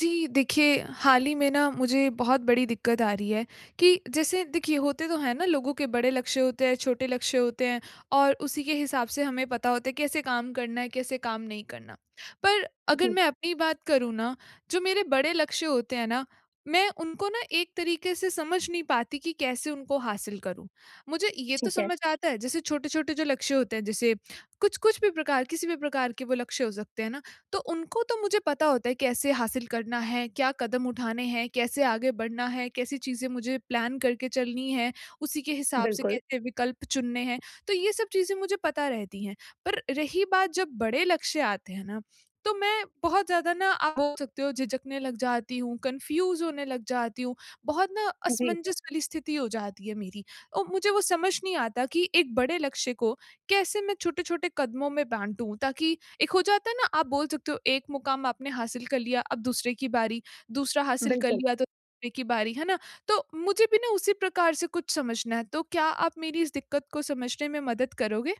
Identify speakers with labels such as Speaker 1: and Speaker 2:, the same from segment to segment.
Speaker 1: जी, देखिए, हाल ही में ना मुझे बहुत बड़ी दिक्कत आ रही है कि जैसे देखिए, होते तो हैं ना, लोगों के बड़े लक्ष्य होते हैं, छोटे लक्ष्य होते हैं, और उसी के हिसाब से हमें पता होता है कैसे काम करना है, कैसे काम नहीं करना। पर अगर
Speaker 2: हुँ,
Speaker 1: मैं अपनी बात करूँ ना, जो मेरे बड़े लक्ष्य होते हैं ना, मैं उनको ना एक तरीके से समझ नहीं पाती कि कैसे उनको हासिल करूँ। मुझे ये तो
Speaker 2: ठीक है,
Speaker 1: समझ आता है, जैसे छोटे-छोटे जो लक्ष्य होते हैं, जैसे कुछ-कुछ भी प्रकार किसी भी प्रकार के वो लक्ष्य हो सकते हैं ना, तो उनको तो मुझे पता होता है कैसे हासिल करना है, क्या कदम उठाने हैं, कैसे आगे बढ़ना है, कैसी चीज़ें मुझे प्लान करके चलनी है, उसी के हिसाब से
Speaker 2: बिल्कुल।
Speaker 1: कैसे विकल्प चुनने हैं, तो ये सब चीज़ें मुझे पता रहती हैं। पर रही बात जब बड़े लक्ष्य आते हैं ना, तो मैं बहुत ज़्यादा ना, आप बोल सकते हो, झिझकने लग जाती हूँ, कन्फ्यूज़ होने लग जाती हूँ, बहुत ना
Speaker 2: जी,
Speaker 1: असमंजस वाली स्थिति हो जाती है मेरी, और मुझे वो समझ नहीं आता कि एक बड़े लक्ष्य को कैसे मैं छोटे-छोटे कदमों में बाँटूँ, ताकि, एक हो जाता है ना, आप बोल सकते हो, एक मुकाम आपने हासिल कर लिया, अब दूसरे की बारी, दूसरा हासिल कर
Speaker 2: बिल्कुल।
Speaker 1: लिया तो तीसरे की बारी, है ना? तो मुझे भी ना उसी प्रकार से कुछ समझना है, तो क्या आप मेरी इस दिक्कत को समझने में मदद करोगे?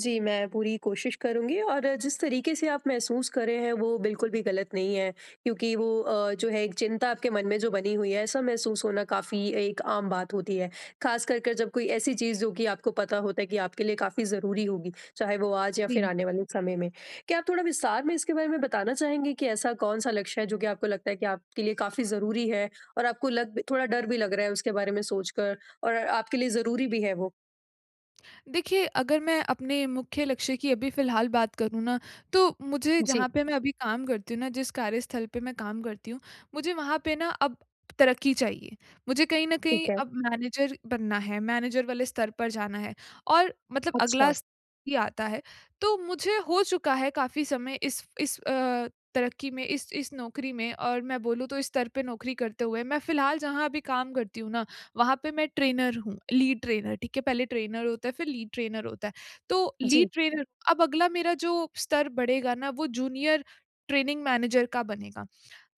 Speaker 2: जी, मैं पूरी कोशिश करूँगी और जिस तरीके से आप महसूस कर रहे हैं वो बिल्कुल भी गलत नहीं है। क्योंकि वो जो है एक चिंता आपके मन में जो बनी हुई है ऐसा महसूस होना काफ़ी एक आम बात होती है। ख़ास कर कर जब कोई ऐसी चीज़ जो कि आपको पता होता है कि आपके लिए काफ़ी ज़रूरी होगी, चाहे वो आज या फिर
Speaker 1: जी,
Speaker 2: आने वाले समय में। क्या आप थोड़ा विस्तार में इसके बारे में बताना चाहेंगे कि ऐसा कौन-सा लक्ष्य है जो कि आपको लगता है कि आपके लिए काफ़ी ज़रूरी है और आपको लग थोड़ा डर भी लग रहा है उसके बारे में सोचकर और आपके लिए ज़रूरी भी है वो?
Speaker 1: देखिए, अगर मैं अपने मुख्य लक्ष्य की अभी फ़िलहाल बात करूँ ना, तो मुझे
Speaker 2: जी,
Speaker 1: जहाँ पे मैं अभी काम करती हूँ ना, जिस कार्यस्थल पे मैं काम करती हूँ, मुझे वहाँ पे ना अब तरक्की चाहिए। मुझे कहीं न कहीं
Speaker 2: ठीक है।
Speaker 1: अब मैनेजर बनना है, मैनेजर वाले स्तर पर जाना है, और मतलब
Speaker 2: अच्छा,
Speaker 1: अगला स ही आता है। तो मुझे हो चुका है काफ़ी समय इस तरक्की में, इस नौकरी में, और मैं बोलूँ तो इस स्तर पे नौकरी करते हुए। मैं फ़िलहाल जहाँ अभी काम करती हूँ ना, वहाँ पे मैं ट्रेनर हूँ, लीड ट्रेनर, ठीक है, पहले ट्रेनर होता है, फिर लीड ट्रेनर होता है। तो
Speaker 2: जी।
Speaker 1: लीड ट्रेनर, अब अगला मेरा जो स्तर बढ़ेगा ना, वो जूनियर ट्रेनिंग मैनेजर का बनेगा।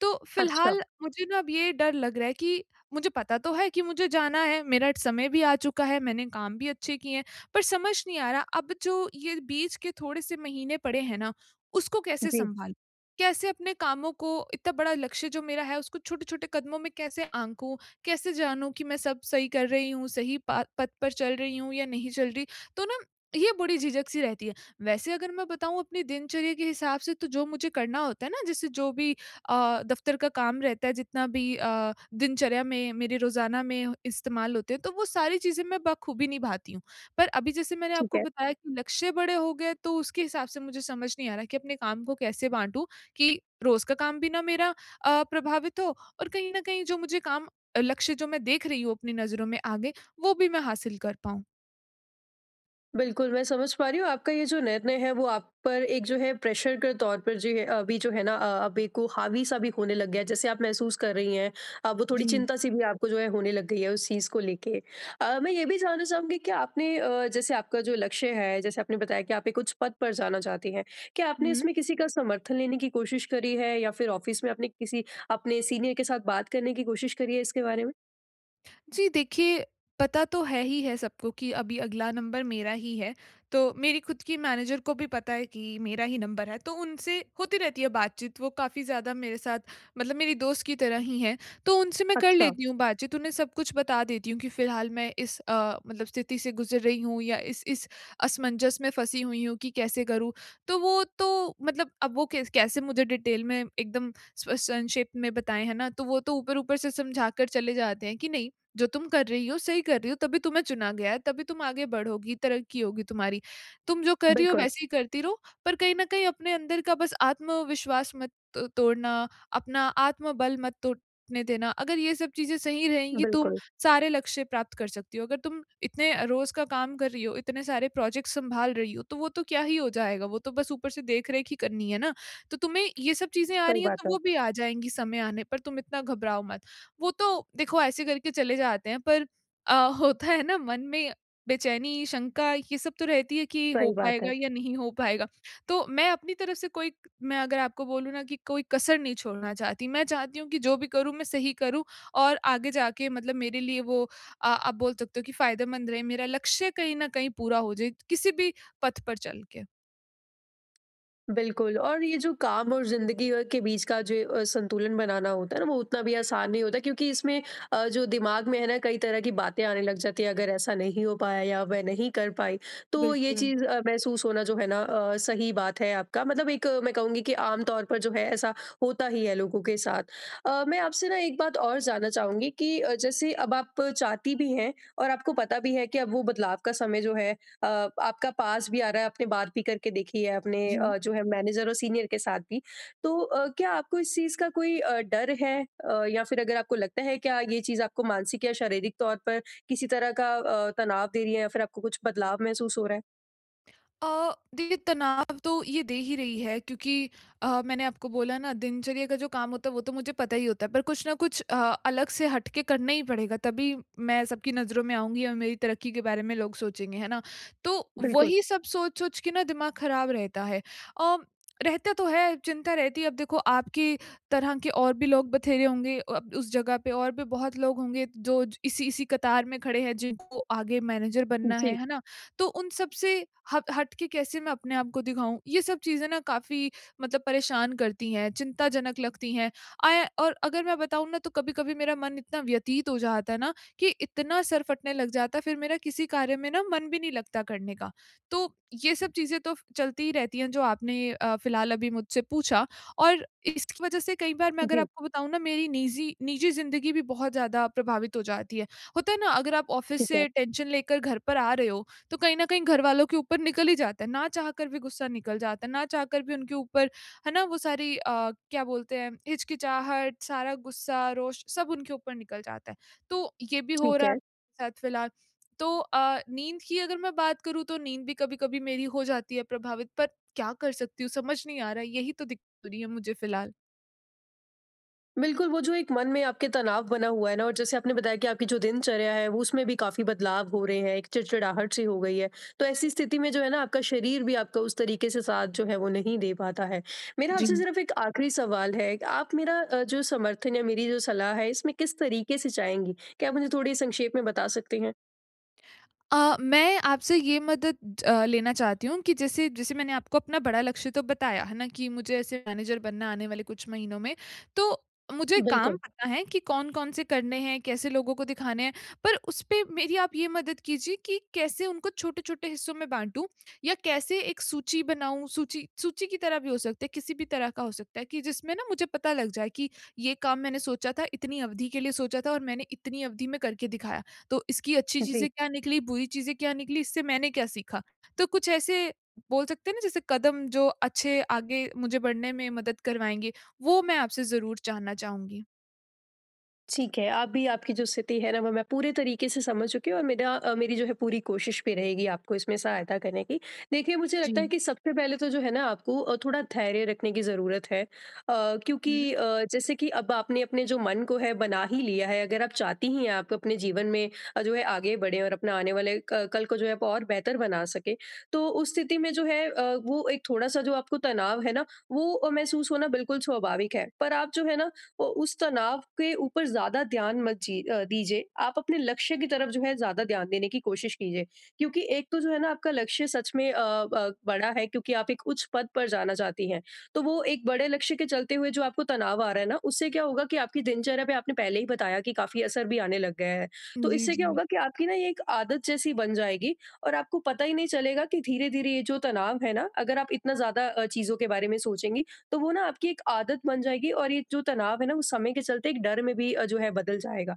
Speaker 1: तो
Speaker 2: अच्छा,
Speaker 1: फिलहाल मुझे ना अब ये डर लग रहा है कि, मुझे पता तो है कि मुझे जाना है, मेरा समय भी आ चुका है, मैंने काम भी अच्छे किए हैं, पर समझ नहीं आ रहा अब जो ये बीच के थोड़े से महीने पड़े हैं ना, उसको कैसे
Speaker 2: जी,
Speaker 1: सँभालूँ? कैसे अपने कामों को, इतना बड़ा लक्ष्य जो मेरा है उसको छोटे-छोटे कदमों में कैसे आँकूँ, कैसे जानूँ कि मैं सब सही कर रही हूँ, सही पा पथ पर चल रही हूँ या नहीं चल रही? तो ना, ये बड़ी झिझक-सी रहती है। वैसे अगर मैं बताऊँ अपनी दिनचर्या के हिसाब से, तो जो मुझे करना होता है ना, जैसे जो भी दफ़्तर का काम रहता है, जितना भी दिनचर्या में मेरे रोज़ाना में इस्तेमाल होते हैं, तो वो सारी चीज़ें मैं बखूबी निभाती हूँ। पर अभी जैसे मैंने
Speaker 2: ठीक
Speaker 1: आपको
Speaker 2: है।
Speaker 1: बताया कि लक्ष्य बड़े हो गए, तो उसके हिसाब से मुझे समझ नहीं आ रहा कि अपने काम को कैसे बाँटूँ, कि रोज़ का काम भी ना मेरा प्रभावित हो, और कहीं न कहीं जो मुझे काम लक्ष्य जो मैं देख रही हूँ अपनी नज़रों में आगे, वो भी मैं हासिल कर पाऊँ।
Speaker 2: बिल्कुल, मैं समझ पा रही हूँ आपका ये जो निर्णय है वो आप पर एक जो है प्रेशर के तौर पर जो है अभी जो है ना, आप को हावी-सा भी होने लग गया है, जैसे आप महसूस कर रही हैं। वो थोड़ी
Speaker 1: जी।
Speaker 2: चिंता-सी भी आपको जो है होने लग गई है उस चीज़ को लेके। मैं ये भी जानना चाहूँगी कि आपने जैसे आपका जो लक्ष्य है, जैसे आपने बताया कि आप एक उच्च पद पर जाना चाहती हैं, क्या आपने
Speaker 1: हुँ,
Speaker 2: इसमें किसी का समर्थन लेने की कोशिश करी है या फिर ऑफ़िस में आपने किसी अपने सीनियर के साथ बात करने की कोशिश करी है इसके बारे में?
Speaker 1: जी, देखिए, पता तो है ही है सबको कि अभी अगला नंबर मेरा ही है। तो मेरी खुद की मैनेजर को भी पता है कि मेरा ही नंबर है, तो उनसे होती रहती है बातचीत। वो काफ़ी ज़्यादा मेरे साथ, मतलब मेरी दोस्त की तरह ही हैं, तो उनसे मैं कर
Speaker 2: अच्छा,
Speaker 1: लेती हूँ बातचीत। उन्हें सब कुछ बता देती हूँ कि फ़िलहाल मैं इस मतलब स्थिति से गुज़र रही हूँ, या इस असमंजस में फँसी हुई हूँ कि कैसे करूँ। तो वो तो मतलब, अब वो कैसे मुझे डिटेल में एकदम स्प संक्षेप में बताएँ, है ना? तो वो तो ऊपर-ऊपर से समझा कर चले जाते हैं कि, नहीं, जो तुम कर रही हो सही कर रही हो, तभी तुम्हें चुना गया है, तभी तुम आगे बढ़ोगी, तरक्की होगी तुम्हारी। तुम जो कर रही हो
Speaker 2: बिल्कुल,
Speaker 1: वैसे ही करती रहो, पर कहीं न कहीं अपने अंदर का बस आत्मविश्वास मत त तोड़ना, अपना आत्मबल मत टूटने देना। अगर ये सब चीज़ें सही रहेंगी, तुम
Speaker 2: बिल्कुल,
Speaker 1: सारे लक्ष्य प्राप्त कर सकती हो। अगर तुम इतने रोज़ का काम कर रही हो, इतने सारे प्रोजेक्ट सँभाल रही हो, तो वो तो क्या ही हो जाएगा, वो तो बस ऊपर से देख-रेख ही करनी है ना। तो तुम्हें ये सब चीज़ें आ
Speaker 2: सही
Speaker 1: रही हैं,
Speaker 2: बात
Speaker 1: तो
Speaker 2: है।
Speaker 1: वो भी आ जाएँगी समय आने पर, तुम इतना घबराओ मत। वो तो देखो ऐसे करके चले जाते हैं, पर अ, होता है ना मन में, बेचैनी, शंका, ये सब तो रहती है कि हो
Speaker 2: सही बात है।
Speaker 1: पाएगा या नहीं हो पाएगा। तो मैं अपनी तरफ से कोई मैं अगर आपको बोलूँ ना कि कोई कसर नहीं छोड़ना चाहती। मैं चाहती हूँ कि जो भी करूँ मैं सही करूँ, और आगे जाके, मतलब मेरे लिए वो आप बोल सकते हो कि फ़ायदेमंद रहे। मेरा लक्ष्य कहीं न कहीं पूरा हो जाए, किसी भी पथ पर चल के।
Speaker 2: बिल्कुल, और ये जो काम और ज़िंदगी के बीच का जो संतुलन बनाना होता है ना, वो उतना भी आसान नहीं होता, क्योंकि इसमें जो दिमाग में है ना कई तरह की बातें आने लग जाती हैं, अगर ऐसा नहीं हो पाया या वह नहीं कर पाई, तो ये
Speaker 1: बिल्कुल।
Speaker 2: चीज़ महसूस होना जो है ना, सही बात है आपका। मतलब एक, मैं कहूँगी कि आम तौर पर जो है ऐसा होता ही है लोगों के साथ। मैं आपसे ना एक बात और जानना चाहूँगी कि जैसे अब आप चाहती भी हैं और आपको पता भी है कि अब वो बदलाव का समय जो है अ, आपका पास भी आ रहा है, आपने बात भी करके देखी है अपने
Speaker 1: जी।
Speaker 2: जो है मैनेजर और सीनियर के साथ भी। तो क्या आपको इस चीज़ का कोई डर है, या फिर अगर आपको लगता है क्या ये चीज़ आपको मानसिक या शारीरिक तौर पर किसी तरह का तनाव दे रही है, या फिर आपको कुछ बदलाव महसूस हो रहा है?
Speaker 1: देखिए, तनाव तो ये दे ही रही है, क्योंकि मैंने आपको बोला ना, दिनचर्या का जो काम होता है वो तो मुझे पता ही होता है, पर कुछ ना कुछ अलग से हट के करना ही पड़ेगा, तभी मैं सबकी नज़रों में आऊँगी और मेरी तरक्की के बारे में लोग सोचेंगे, है ना? तो
Speaker 2: बिल्कुल।
Speaker 1: वही सब सोच-सोच के ना दिमाग ख़राब रहता है। अ, रहता तो है, चिंता रहती है। अब देखो, आपकी तरह के और भी लोग बथेरे होंगे, उस जगह पे और भी बहुत लोग होंगे जो इसी इसी कतार में खड़े हैं, जिनको आगे मैनेजर बनना
Speaker 2: जी,
Speaker 1: है ना? तो उन सब से हट हट के कैसे मैं अपने आप को दिखाऊँ? ये सब चीज़ें ना काफ़ी, मतलब, परेशान करती हैं, चिंताजनक लगती हैं। आय और अगर मैं बताऊँ ना, तो कभी-कभी मेरा मन इतना व्यतीत हो जाता है ना कि इतना सर फटने लग जाता है, फिर मेरा किसी कार्य में ना मन भी नहीं लगता करने का। तो ये सब चीज़ें तो चलती ही रहती हैं, जो आपने फ़िलहाल अभी मुझसे पूछा, और इसकी वज़ह से कई बार, मैं अगर
Speaker 2: जी,
Speaker 1: आपको बताऊँ ना, मेरी निजी निजी ज़िंदगी भी बहुत ज़्यादा प्रभावित हो जाती है। होता है ना, अगर आप ऑफ़िस
Speaker 2: ठीक है,
Speaker 1: से टेंशन लेकर घर पर आ रहे हो, तो कहीं न कहीं घर वालों के ऊपर निकल ही जाता है, ना चाह कर भी गुस्सा निकल जाता है, ना चाह कर भी उनके ऊपर, है ना, वो सारी क्या बोलते हैं, हिचकिचाहट, सारा गुस्सा, रोष, सब उनके ऊपर निकल जाता है। तो ये भी हो
Speaker 2: ठीक
Speaker 1: रहा है
Speaker 2: है।
Speaker 1: मेरे साथ फिलहाल। तो नींद की अगर मैं बात करूँ, तो नींद भी कभी-कभी मेरी हो जाती है प्रभावित, पर क्या कर सकती हूँ समझ नहीं आ रहा है, यही तो दिक्कत हो रही है मुझे फिलहाल।
Speaker 2: बिल्कुल, वो जो एक मन में आपके तनाव बना हुआ है ना, और जैसे आपने बताया कि आपकी जो दिनचर्या है वो उसमें भी काफ़ी बदलाव हो रहे हैं, एक चिड़चिड़ाहट सी हो गई है। तो ऐसी स्थिति में जो है ना, आपका शरीर भी आपका उस तरीके से साथ जो है वो नहीं दे पाता है। मेरा
Speaker 1: जी।
Speaker 2: आपसे सिर्फ़ एक आखिरी सवाल है, कि आप मेरा जो समर्थन या मेरी जो सलाह है इसमें किस तरीके से चाहेंगी? क्या आप मुझे थोड़ी संक्षेप में बता सकती हैं?
Speaker 1: मैं आपसे ये मदद लेना चाहती हूँ कि, जैसे, जैसे मैंने आपको अपना बड़ा लक्ष्य तो बताया है ना कि मुझे ऐसे मैनेजर बनना आने वाले कुछ महीनों में। तो मुझे काम
Speaker 2: बिल्कुल।
Speaker 1: पता है कि कौन-कौन से करने हैं, कैसे लोगों को दिखाने हैं, पर उस पे मेरी आप ये मदद कीजिए कि कैसे उनको छोटे-छोटे हिस्सों में बाँटूँ, या कैसे एक सूची बनाऊँ, सूची सूची की तरह भी हो सकता है, किसी भी तरह का हो सकता है, कि जिसमें ना मुझे पता लग जाए कि ये काम मैंने सोचा था, इतनी अवधि के लिए सोचा था और मैंने इतनी अवधि में करके दिखाया। तो इसकी अच्छी
Speaker 2: जी।
Speaker 1: चीज़ें क्या निकली, बुरी चीज़ें क्या निकली, इससे मैंने क्या सीखा? तो कुछ ऐसे, बोल सकते हैं ना, जैसे कदम जो अच्छे आगे मुझे बढ़ने में मदद करवाएँगे, वो मैं आपसे ज़रूर जानना चाहूँगी।
Speaker 2: ठीक है, आप भी आपकी जो स्थिति है ना वो मैं पूरे तरीके से समझ चुकी हूँ, और मेरा, मेरी जो है पूरी कोशिश भी रहेगी आपको इसमें सहायता करने की। देखिए, मुझे
Speaker 1: जी।
Speaker 2: लगता है कि सबसे पहले तो जो है ना आपको थोड़ा धैर्य रखने की ज़रूरत है।
Speaker 1: हुँ।
Speaker 2: क्योंकि जैसे कि अब आपने अपने जो मन को है बना ही लिया है, अगर आप चाहती ही हैं आप अपने जीवन में जो है आगे बढ़ें और अपना आने वाले क कल को जो है आप और बेहतर बना सकें, तो उस स्थिति में जो है वो एक थोड़ा-सा जो आपको तनाव है ना, वो महसूस होना बिल्कुल स्वाभाविक है। पर आप जो है ना वो उस तनाव के ऊपर ज़्यादा ध्यान मत दीजिए। आप अपने लक्ष्य की तरफ जो है ज़्यादा ध्यान देने की कोशिश कीजिए। क्योंकि एक तो जो है ना आपका लक्ष्य सच में बड़ा है, क्योंकि आप एक उच्च पद पर जाना चाहती हैं। तो वो एक बड़े लक्ष्य के चलते हुए जो आपको तनाव आ रहा है ना, उससे क्या होगा कि आपकी दिनचर्या पे आपने पहले ही बताया कि काफ़ी असर भी आने लग गया है। तो
Speaker 1: जी,
Speaker 2: इससे क्या
Speaker 1: जी।
Speaker 2: होगा कि आपकी ना ये एक आदत जैसी बन जाएगी, और आपको पता ही नहीं चलेगा कि धीरे-धीरे ये जो तनाव है ना, अगर आप इतना ज़्यादा चीज़ों के बारे में सोचेंगी, तो वो ना आपकी एक आदत बन जाएगी, और ये जो तनाव है ना, वो समय के चलते एक डर में भी जो है बदल जाएगा।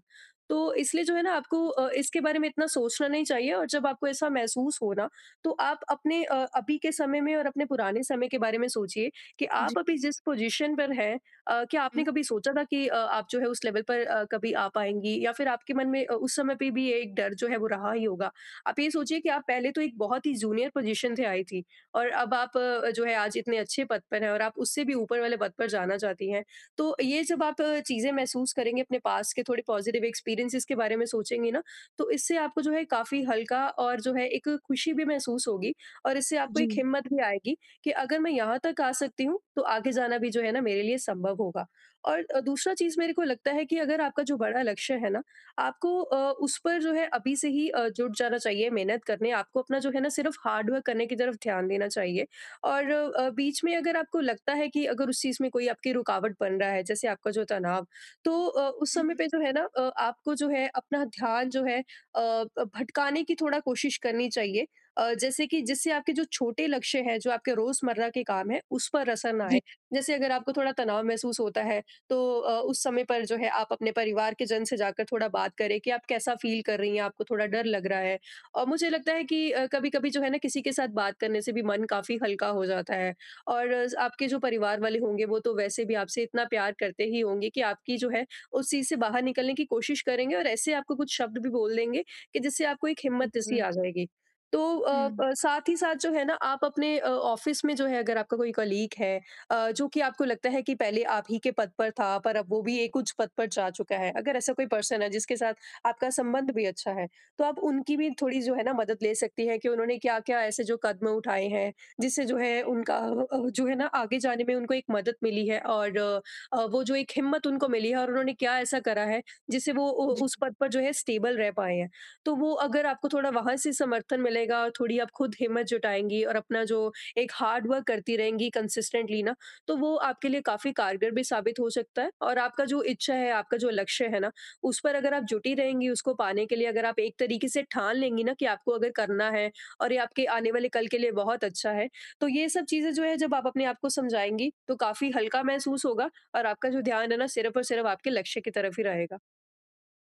Speaker 2: तो इसलिए जो है ना आपको इसके बारे में इतना सोचना नहीं चाहिए, और जब आपको ऐसा महसूस हो ना, तो आप अपने अभी के समय में और अपने पुराने समय के बारे में सोचिए कि
Speaker 1: जी।
Speaker 2: आप अभी जिस पोज़ीशन पर हैं, क्या आपने
Speaker 1: हुँ।
Speaker 2: कभी सोचा था कि आप जो है उस लेवल पर कभी आ पाएँगी, या फिर आपके मन में उस समय पे भी ये एक डर जो है वो रहा ही होगा। आप ये सोचिए कि आप पहले तो एक बहुत ही जूनियर पोज़ीशन से आई थी। और अब आप जो है आज इतने अच्छे पद पर हैं, और आप उससे भी ऊपर वाले पद पर जाना चाहती हैं। तो ये जब आप चीज़ें महसूस करेंगे, अपने पास के थोड़े पॉज़िटिव एक्सपीरियंसेस के बारे में सोचेंगी ना, तो इससे आपको जो है काफ़ी हल्का और जो है एक खुशी भी महसूस होगी, और इससे आपको
Speaker 1: जी।
Speaker 2: एक हिम्मत भी आएगी कि अगर मैं यहाँ तक आ सकती हूँ, तो आगे जाना भी जो है ना मेरे लिए संभव होगा। और दूसरा चीज़ मेरे को लगता है कि अगर आपका जो बड़ा लक्ष्य है ना, आपको उस पर जो है अभी से ही जुट जाना चाहिए मेहनत करने, आपको अपना जो है ना सिर्फ हार्ड वर्क करने की तरफ ध्यान देना चाहिए। और बीच में अगर आपको लगता है कि अगर उस चीज़ में कोई आपकी रुकावट बन रहा है, जैसे आपका जो तनाव, तो उस
Speaker 1: हुँ,
Speaker 2: समय
Speaker 1: हुँ।
Speaker 2: पे जो है ना, आपको जो है अपना ध्यान जो है भटकाने की थोड़ा कोशिश करनी चाहिए, जैसे कि जिससे आपके जो छोटे लक्ष्य हैं, जो आपके रोजमर्रा के काम है, उस पर असर ना आए।
Speaker 1: जी,
Speaker 2: जैसे अगर आपको थोड़ा तनाव महसूस होता है, तो उस समय पर जो है आप अपने परिवार के जन से जाकर थोड़ा बात करें कि आप कैसा फील कर रही हैं, आपको थोड़ा डर लग रहा है। और मुझे लगता है कि कभी-कभी जो है ना किसी के साथ बात करने से भी मन काफ़ी हल्का हो जाता है, और आपके जो परिवार वाले होंगे वो तो वैसे भी आपसे इतना प्यार करते ही होंगे कि आपकी जो है उस चीज़ से बाहर निकलने की कोशिश करेंगे, और ऐसे आपको कुछ शब्द भी बोल देंगे कि जिससे आपको एक हिम्मत जैसी
Speaker 1: बिल्कुल।
Speaker 2: आ जाएगी। तो अ,
Speaker 1: हुँ।
Speaker 2: प साथ ही साथ जो है ना आप अपने ऑफ़िस में जो है, अगर आपका कोई कलीग है जो कि आपको लगता है कि पहले आप ही के पद पर था, पर अब वो भी एक उच्च पद पर जा चुका है। अगर ऐसा कोई पर्सन है जिसके साथ आपका संबंध भी अच्छा है, तो आप उनकी भी थोड़ी जो है ना मदद ले सकती हैं कि उन्होंने क्या-क्या ऐसे जो कदम उठाए हैं, जिससे जो है उनका जो है ना आगे जाने में उनको एक मदद मिली है, और वो जो एक हिम्मत उनको मिली है, और उन्होंने क्या ऐसा करा है जिससे वो उ उस पद पर जो है स्टेबल रह पाए हैं। तो वो अगर आपको थोड़ा वहाँ से समर्थन मिलेगा, और थोड़ी आप खुद हिम्मत जुटाएँगी और अपना जो एक हार्ड वर्क करती रहेंगी कंसिस्टेंटली ना, तो वो आपके लिए काफ़ी कारगर भी साबित हो सकता है, और आपका जो इच्छा है, आपका जो लक्ष्य है ना, उस पर अगर आप जुटी रहेंगी, उसको पाने के लिए अगर आप एक तरीके से ठान लेंगी ना कि आपको अगर करना है, और ये आपके आने वाले कल के लिए बहुत अच्छा है, तो ये सब चीज़ें जो है जब आप अपने आप को समझाएँगी, तो काफ़ी हल्का महसूस होगा, और आपका जो ध्यान है ना सिर्फ़ और सिर्फ़ आपके लक्ष्य की तरफ ही रहेगा।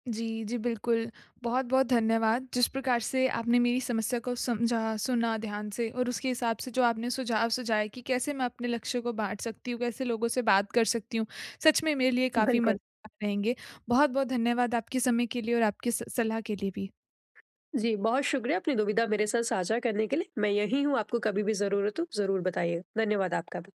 Speaker 1: जी, जी, बिल्कुल। बहुत-बहुत धन्यवाद, जिस प्रकार से आपने मेरी समस्या को समझा, सुना ध्यान से, और उसके हिसाब से जो आपने सुझाव सुझाए कि कैसे मैं अपने लक्ष्य को बाँट सकती हूँ, कैसे लोगों से बात कर सकती हूँ, सच में मेरे लिए काफ़ी
Speaker 2: बिल्कुल।
Speaker 1: मददगार रहेंगे। बहुत-बहुत धन्यवाद आपके समय के लिए और आपकी स सलाह के लिए भी।
Speaker 2: जी, बहुत शुक्रिया अपनी दुविधा मेरे साथ साझा करने के लिए। मैं यहीं हूँ, आपको कभी भी ज़रूरत हो, ज़रूर बताइए। धन्यवाद आपका भी।